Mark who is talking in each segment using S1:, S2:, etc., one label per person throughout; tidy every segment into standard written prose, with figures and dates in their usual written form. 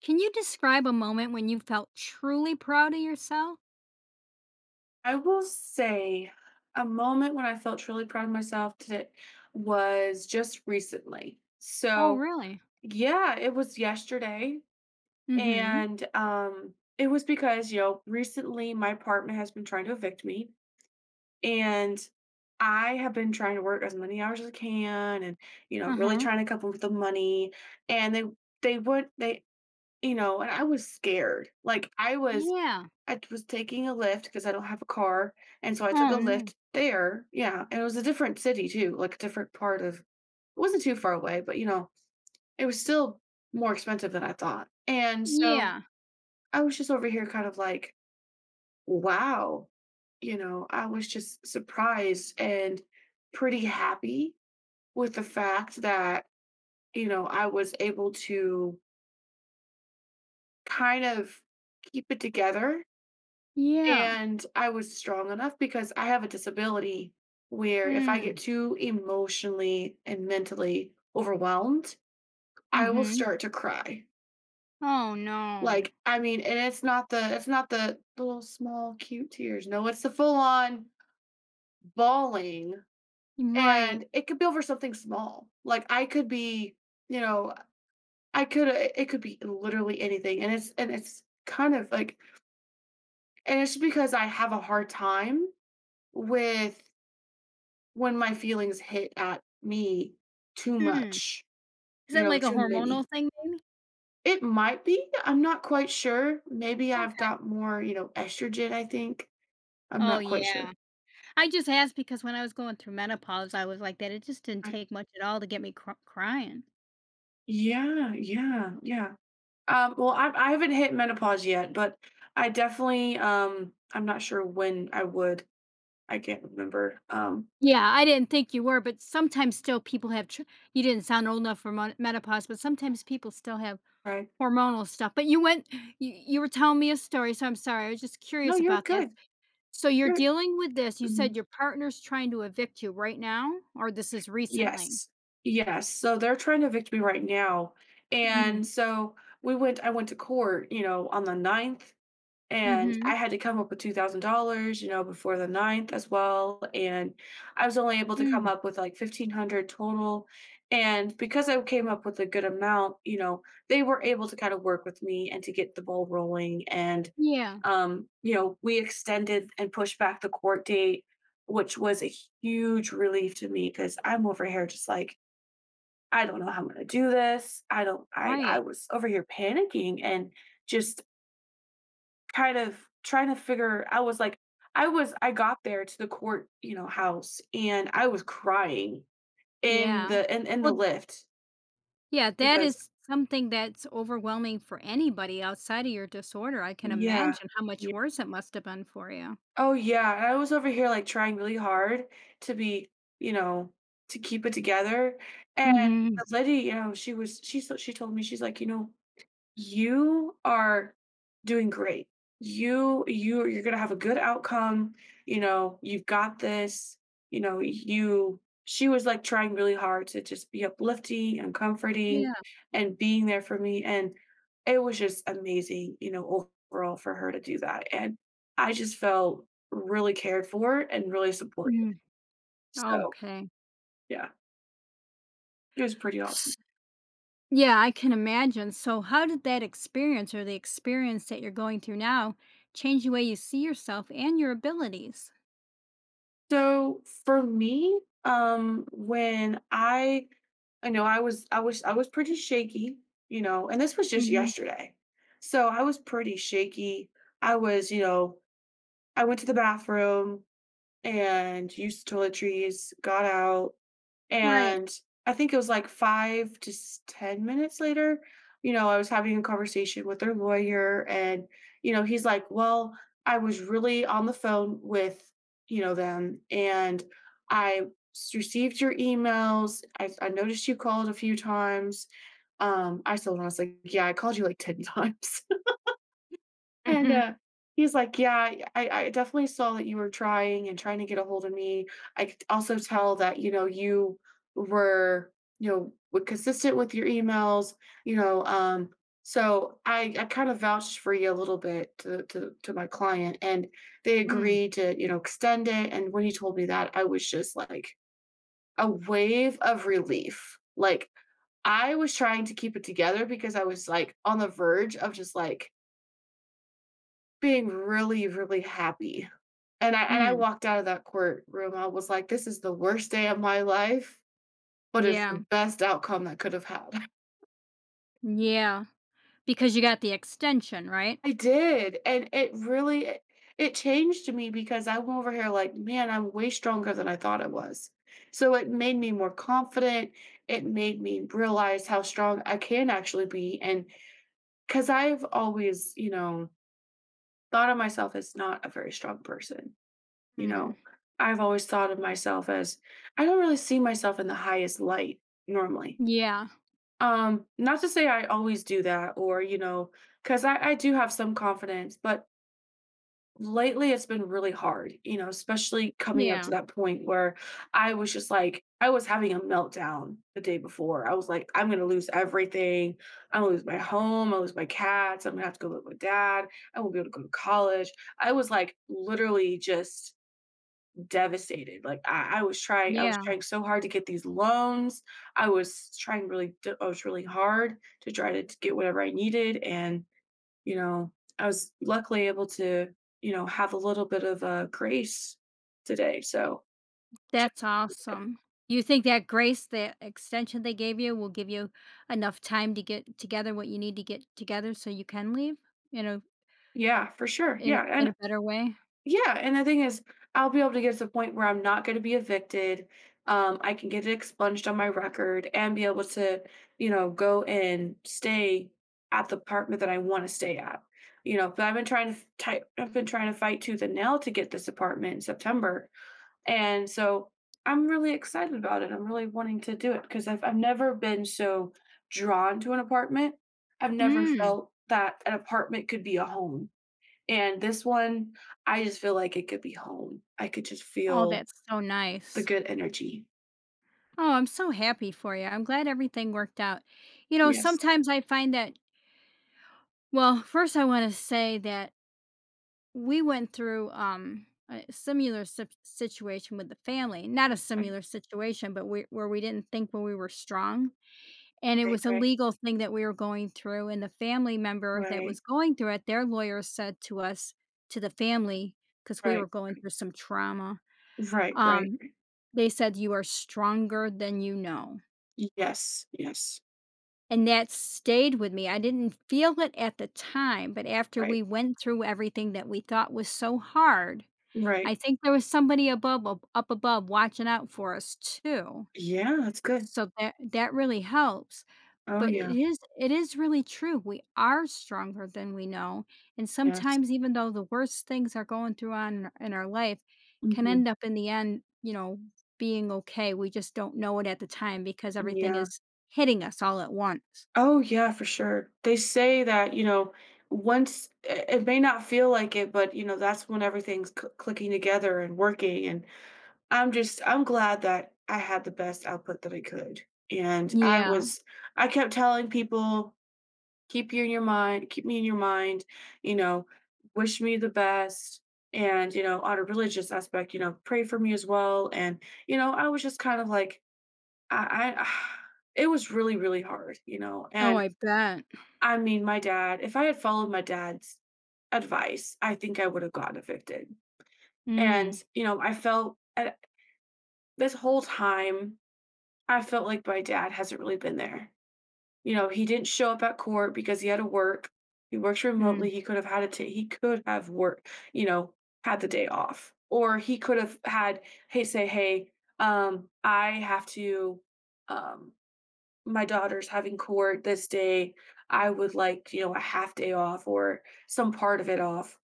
S1: Can you describe a moment when you felt truly proud of yourself?
S2: I will say a moment when I felt truly proud of myself today was just recently.
S1: Oh,
S2: So,
S1: really?
S2: yeah, it was yesterday.
S1: Mhm.
S2: And It was because, you know, recently my apartment has been trying to evict me. And I have been trying to work as many hours as I can and, you know, really
S1: Uh-huh.
S2: trying to come up with the money. And they would, they, You know, and I was scared.
S1: Yeah.
S2: I was taking a lift because I don't have a car, and so I took
S1: Oh,
S2: a
S1: no.
S2: lift there. Yeah, and it was a different city too, like, a different part of it wasn't too far away, but, you know, it was still more expensive than I thought, and so
S1: Yeah.
S2: I was just over here kind of like, "Wow," you know, I was just surprised and pretty happy with the fact that, you know, I was able to kind of keep it together.
S1: Yeah.
S2: And I was strong enough because I have a disability where if I get
S1: Mm.
S2: too emotionally and mentally overwhelmed, I will
S1: Mhm.
S2: start to cry.
S1: Oh, no.
S2: Like, I mean, and it's not the little small cute tears. No, it's the full on bawling.
S1: Right.
S2: And it could be over something small. Like I could be, you know, I could it could be literally anything. And it's kind of like and it's just because I have a hard time with. When my feelings hit at me too
S1: Mm.
S2: much,
S1: Is
S2: you
S1: that
S2: know,
S1: like a
S2: too
S1: hormonal
S2: many.
S1: thing maybe?
S2: It might be, I'm not quite sure. Maybe I've
S1: Okay.
S2: got more, you know, estrogen, I think. I'm
S1: Oh,
S2: not quite
S1: yeah.
S2: sure.
S1: I just asked because when I was going through menopause, I was like that. It just didn't
S2: I,
S1: take much at all to get me cr crying.
S2: yeah, yeah, yeah. Well, I haven't hit menopause yet, but I definitely, I'm not sure when I would. I can't remember,
S1: Yeah, I didn't think you were, but sometimes still people have tr you didn't sound old enough for mon menopause, but sometimes people still have
S2: right.
S1: hormonal stuff, but you went you you were telling me a story, so I'm sorry, I was just
S2: No,
S1: curious
S2: you're
S1: about this.
S2: good.
S1: So you're
S2: You're
S1: dealing with this, you said
S2: mhm.
S1: your partner's trying to evict you right now, or this is recently?
S2: Yes. Yes. So they're trying to evict me right now. And
S1: Mm,
S2: so we went I went to court, you know, on the ninth. And
S1: mhm,
S2: I had to come up with $2,000, you know, before the ninth as well, and I was only able to come
S1: mm,
S2: up with, like, 1,500 total, and because I came up with a good amount, you know, they were able to kinda work with me and to get the ball rolling, and,
S1: yeah,
S2: you know, we extended and pushed back the court date, which was a huge relief to me because 'cause I'm over here just like, "I don't know how I'm gonna do this, I don't." I
S1: right,
S2: was over here panicking and just kind of trying to figure. I was like, I got there to the court, you know, house and I was crying in
S1: yeah.
S2: the in the
S1: Well,
S2: lift
S1: yeah, that
S2: because
S1: is something that's overwhelming for anybody outside of your disorder. I can
S2: yeah.
S1: imagine how much
S2: Yeah.
S1: worse it must have been for you.
S2: Oh, yeah, and I was over here, like, trying really hard to be, you know, to keep it together, and
S1: Mhm,
S2: the lady, you know, she was she so she told me, she's like, "You know, you are doing great. You're going to have a good outcome. You know, you've got this. You know, you" she was like trying really hard to just be uplifting and comforting
S1: yeah,
S2: and being there for me, and it was just amazing, you know, overall for her to do that. And I just felt really cared for and really supported.
S1: mm,
S2: So,
S1: okay.
S2: yeah, it was pretty awesome.
S1: Yeah, I can imagine. So, how did that experience or the experience that you're going through now change the way you see yourself and your abilities?
S2: So for me, I know I was pretty shaky, you know, and this was just
S1: Hmm.
S2: yesterday. So I was pretty shaky. I was, you know, I went to the bathroom and used the toiletries, got out,
S1: Right.
S2: and I think it was like 5 to s- 10 minutes later, you know, I was having a conversation with their lawyer, and you know, he's like, "Well, I was really on the phone with, you know, them and I received your emails. I noticed you called a few times." I told him, I was like, yeah, I called you like 10 times. And,
S1: Hmm.
S2: he's like, "Yeah, I definitely saw that you were trying and trying to get a hold of me. I could also tell that, you know, were, you know, were consistent with your emails, you know, so I kind of vouched for you a little bit to my client, and they
S1: Mm.
S2: agreed to, you know, extend it." And when he told me that, I was just like a wave of relief. Like, I was trying to keep it together because I was, like, on the verge of just, like, being really, really happy, and I
S1: Mm.
S2: walked out of that courtroom, I was like, "This is the worst day of my life, but it's
S1: Yeah.
S2: the best outcome that could have had."
S1: Yeah. Because you got the extension, right?
S2: I did, and it really it it changed me because I went over here like, "Man, I'm way stronger than I thought I was." So it made me more confident, it made me realize how strong I can actually be, and because 'cause I've always, you know, thought of myself as not a very strong person. You
S1: Mm.
S2: know, I've always thought of myself as. I don't really see myself in the highest light normally.
S1: Yeah.
S2: Not to say I always do that or, you know, because I do have some confidence, but lately it's been really hard, you know, especially coming up to
S1: Yeah.
S2: that point where I was just like, I was having a meltdown the day before. I was like, I'm gonna lose everything. I'm gonna lose my home, I lose my cats, I'm gonna have to go live with dad, I won't be able to go to college. I was like literally just devastated. Like I was
S1: Yeah.
S2: trying so hard to get these loans. I was trying really, I was really hard to try to get whatever I needed. And, you know, I was luckily able to, you know, have a little bit of a grace today. So ju-
S1: That's awesome. You think that grace, the extension they gave you, will give you enough time to get together what you need to get together so you can leave in a
S2: yeah, for sure. Yeah.
S1: in
S2: And.
S1: a better way?
S2: Yeah, and the thing is, I'll be able to get to the point where I'm not going to be evicted. I can get it expunged on my record and be able to, you know, go and stay at the apartment that I want to stay at. You know, but I've been trying to I've been trying to fight tooth and nail to get this apartment in September, and so I'm really excited about it. I'm really wanting to do it because I've never been so drawn to an apartment. I've never
S1: Mm.
S2: felt that an apartment could be a home, and this one, I just feel like it could be home. I could just
S1: Oh,
S2: feel
S1: that's so
S2: the
S1: nice.
S2: good energy.
S1: Oh, I'm so happy for you. I'm glad everything worked out. You know,
S2: Yes.
S1: sometimes I find that, well, first I want to say that we went through a situation with the family. Not a
S2: Right,
S1: similar situation, but where we didn't think when we were strong. And it
S2: right,
S1: was a
S2: right,
S1: legal thing that we were going through. And the family member that
S2: right,
S1: was going through it, their lawyer said to us, to the family, because we were
S2: right,
S1: going through some trauma,
S2: right, right.
S1: um, they said, "You are stronger than you know."
S2: Yes, yes,
S1: And that stayed with me. I didn't feel it at the time, but after
S2: right,
S1: we went through everything that we thought was so hard, I
S2: right.
S1: think there was somebody above ab up above watching out for us too.
S2: Yeah, that's good.
S1: So that that really helps.
S2: Oh,
S1: But
S2: yeah,
S1: it is really true. We are stronger than we know, and
S2: yes.
S1: sometimes even though the worst things are going through on in our life can
S2: Hmm.
S1: end up in the end, you know, being okay. We just don't know it at the time because everything
S2: Yeah.
S1: is hitting us all at once.
S2: Oh, yeah, for sure. They say that, you know, once it may not feel like it, but, you know, that's when everything's clicking together and working, and I'm glad that I had the best output that I could, and
S1: Yeah.
S2: I kept telling people, "Keep you in your mind, keep me in your mind," you know, "Wish me the best," and, you know, on a religious aspect, you know, "Pray for me as well," and, you know, I was just kind of like. I it was really, really hard, you know,
S1: Oh,
S2: and,
S1: I bet.
S2: I mean, my dad, if I had followed my dad's advice, I think I would have gotten evicted, and,
S1: Mm,
S2: you know, I felt, this whole time I felt like my dad hasn't really been there. You know, he didn't show up at court because he had to work. He works remotely.
S1: mm.
S2: He could have had a he could have worked, you know, had the day off. Or he could have had, hey, say, hey, I have to um my daughter's having court this day. I would like, you know, a half day off or some part of it off,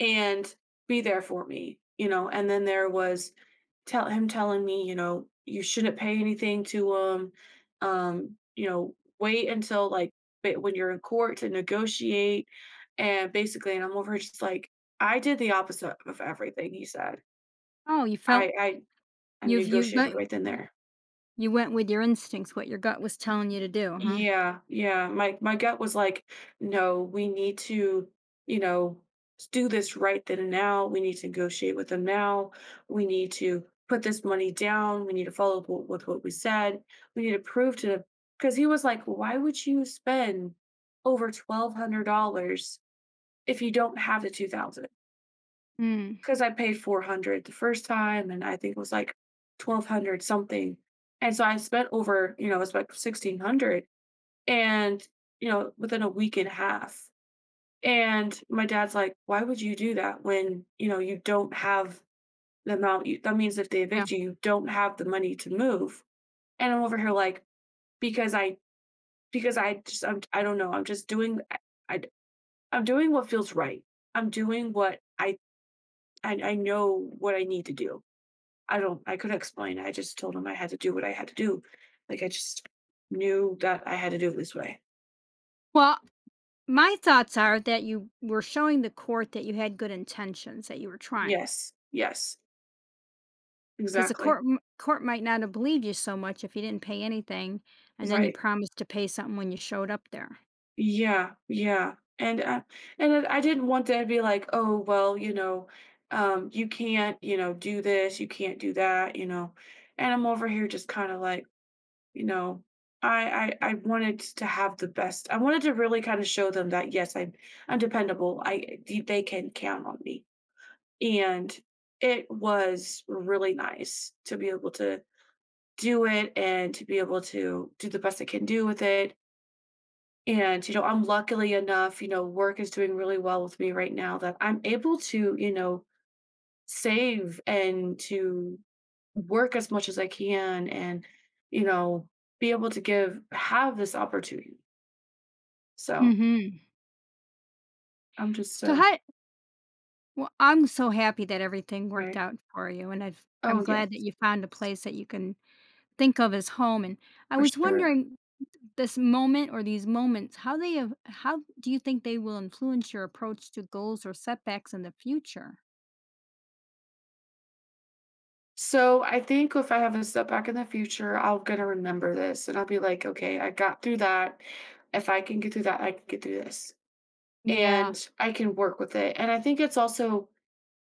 S2: and be there for me, you know. And then there was. Telling me, you know, you shouldn't pay anything to him. You know, wait until like when you're in court to negotiate. And basically, and I'm over here just like, I did the opposite of everything he said.
S1: Oh, you felt
S2: I I, I
S1: you've
S2: negotiated right then there.
S1: you went with your instincts, what your gut was telling you to do, huh?
S2: Yeah, yeah. My gut was like, no, we need to, you know, do this right then and now. We need to negotiate with them now. We need to put this money down. We need to follow up with what we said. We need to prove to them because he was like, why would you spend over $1,200 if you don't have the 2,000?
S1: Mm,
S2: Because I paid 400 the first time, and I think it was like 1,200 something, and so I spent over, it's like 1,600 and within a week and a half. And my dad's like, why would you do that when you know you don't have the amount— that means if they
S1: yeah.
S2: evict you don't have the money to move. And I'm over here like, because i because I just— I'm, I don't know, I'm just doing— I I'm doing what feels right. I'm doing what I— I know what I need to do. I don't— I couldn't explain, I just told him I had to do what I had to do. Like, I just knew that I had to do it this way.
S1: Well, my thoughts are that you were showing the court that you had good intentions, that you were trying.
S2: Yes, yes,
S1: Because the
S2: exactly.
S1: court might not have believed you so much if you didn't pay anything, and then you
S2: Right.
S1: promised to pay something when you showed up there.
S2: Yeah. Yeah. And I didn't want them to be like, oh well, you know, you can't, you know, do this, you can't do that, you know. And I'm over here just kind of like, you know, I— I wanted to have the best. I wanted to really kind of show them that yes, I'm dependable. I— they can count on me. And it was really nice to be able to do it and to be able to do the best I can do with it. And, you know, I'm luckily enough, you know, work is doing really well with me right now that I'm able to, you know, save and to work as much as I can and, you know, be able to give— have this opportunity. So
S1: Hmm.
S2: I'm just—
S1: So
S2: uh
S1: how. Well, I'm so happy that everything worked
S2: right.
S1: out for you, and I'm
S2: Oh yes,
S1: glad that you found a place that you can think of as home, and I
S2: for
S1: was
S2: sure.
S1: wondering this moment or these moments, how do you think they will influence your approach to goals or setbacks in the future?
S2: So I think if I have a setback in the future, I'm gonna remember this and I'll be like, okay, I got through that. If I can get through that, I can get through this.
S1: Yeah.
S2: And I can work with it. And I think it's also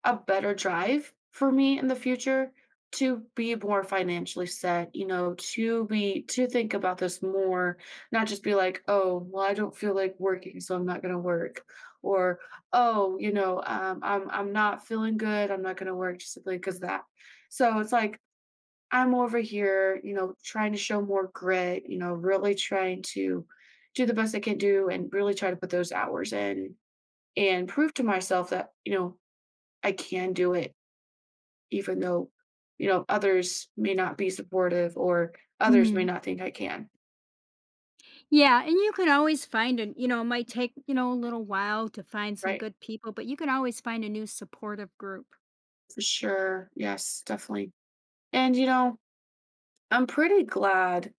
S2: a better drive for me in the future to be more financially set, you know, to be— to think about this more, not just be like, "Oh, well, I don't feel like working, so I'm not gonna work," or, "Oh, you know, I'm not feeling good, I'm not gonna work just simply because that." So it's like I'm over here, you know, trying to show more grit, you know, really trying to do the best I can do and really try to put those hours in and prove to myself that, you know, I can do it even though, you know, others may not be supportive or others may
S1: Mm.
S2: not think I can,
S1: Yeah, and you can always find a, you know, it might take, you know, a little while to find some
S2: right?
S1: good people, but you can always find a new supportive group.
S2: For sure. Yes, definitely. And, you know, I'm pretty glad—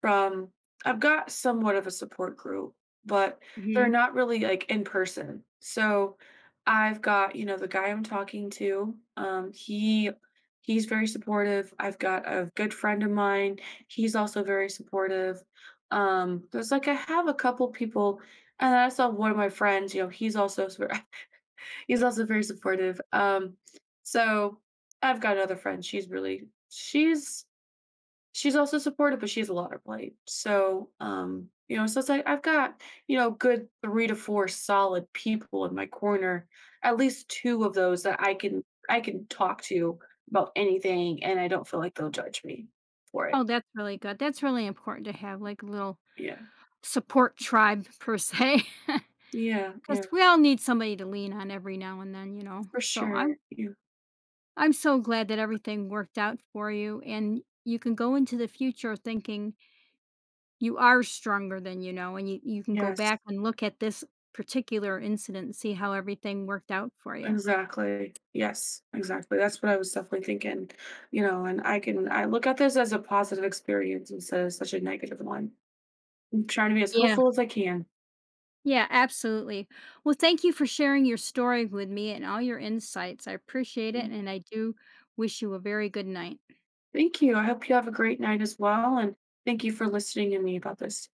S2: from— I've got somewhat of a support group, but they're
S1: Mhm.
S2: not really like in person. So I've got, you know, the guy I'm talking to, he's very supportive. I've got a good friend of mine, he's also very supportive. There's like I have a couple people, and then I saw one of my friends, you know, he's also sup- he's also very supportive. So I've got another friend. She's really— she's also supportive, but she has a lot of plate. So, you know, so it's like I've got, you know, good three to four solid people in my corner, at least two of those that I can talk to about anything, and I don't feel like they'll judge me for
S1: Oh,
S2: it.
S1: that's really good. That's really important to have, like, a little
S2: Yeah.
S1: support tribe per se.
S2: Yeah,
S1: 'Cause
S2: yeah,
S1: we all need somebody to lean on every now and then, you know?
S2: for sure. Yeah.
S1: I'm so glad that everything worked out for you, and you can go into the future thinking you are stronger than you know, and you can go
S2: Yes.
S1: back and look at this particular incident and see how everything worked out for you.
S2: Exactly. Yes, exactly. That's what I was definitely thinking, you know, and I look at this as a positive experience instead of such a negative one. I'm trying to be as
S1: Yeah.
S2: hopeful as I can.
S1: Yeah, absolutely. Well, thank you for sharing your story with me and all your insights. I appreciate it,
S2: Yeah.
S1: and I do wish you a very good night.
S2: Thank you. I hope you have a great night as well. And thank you for listening to me about this.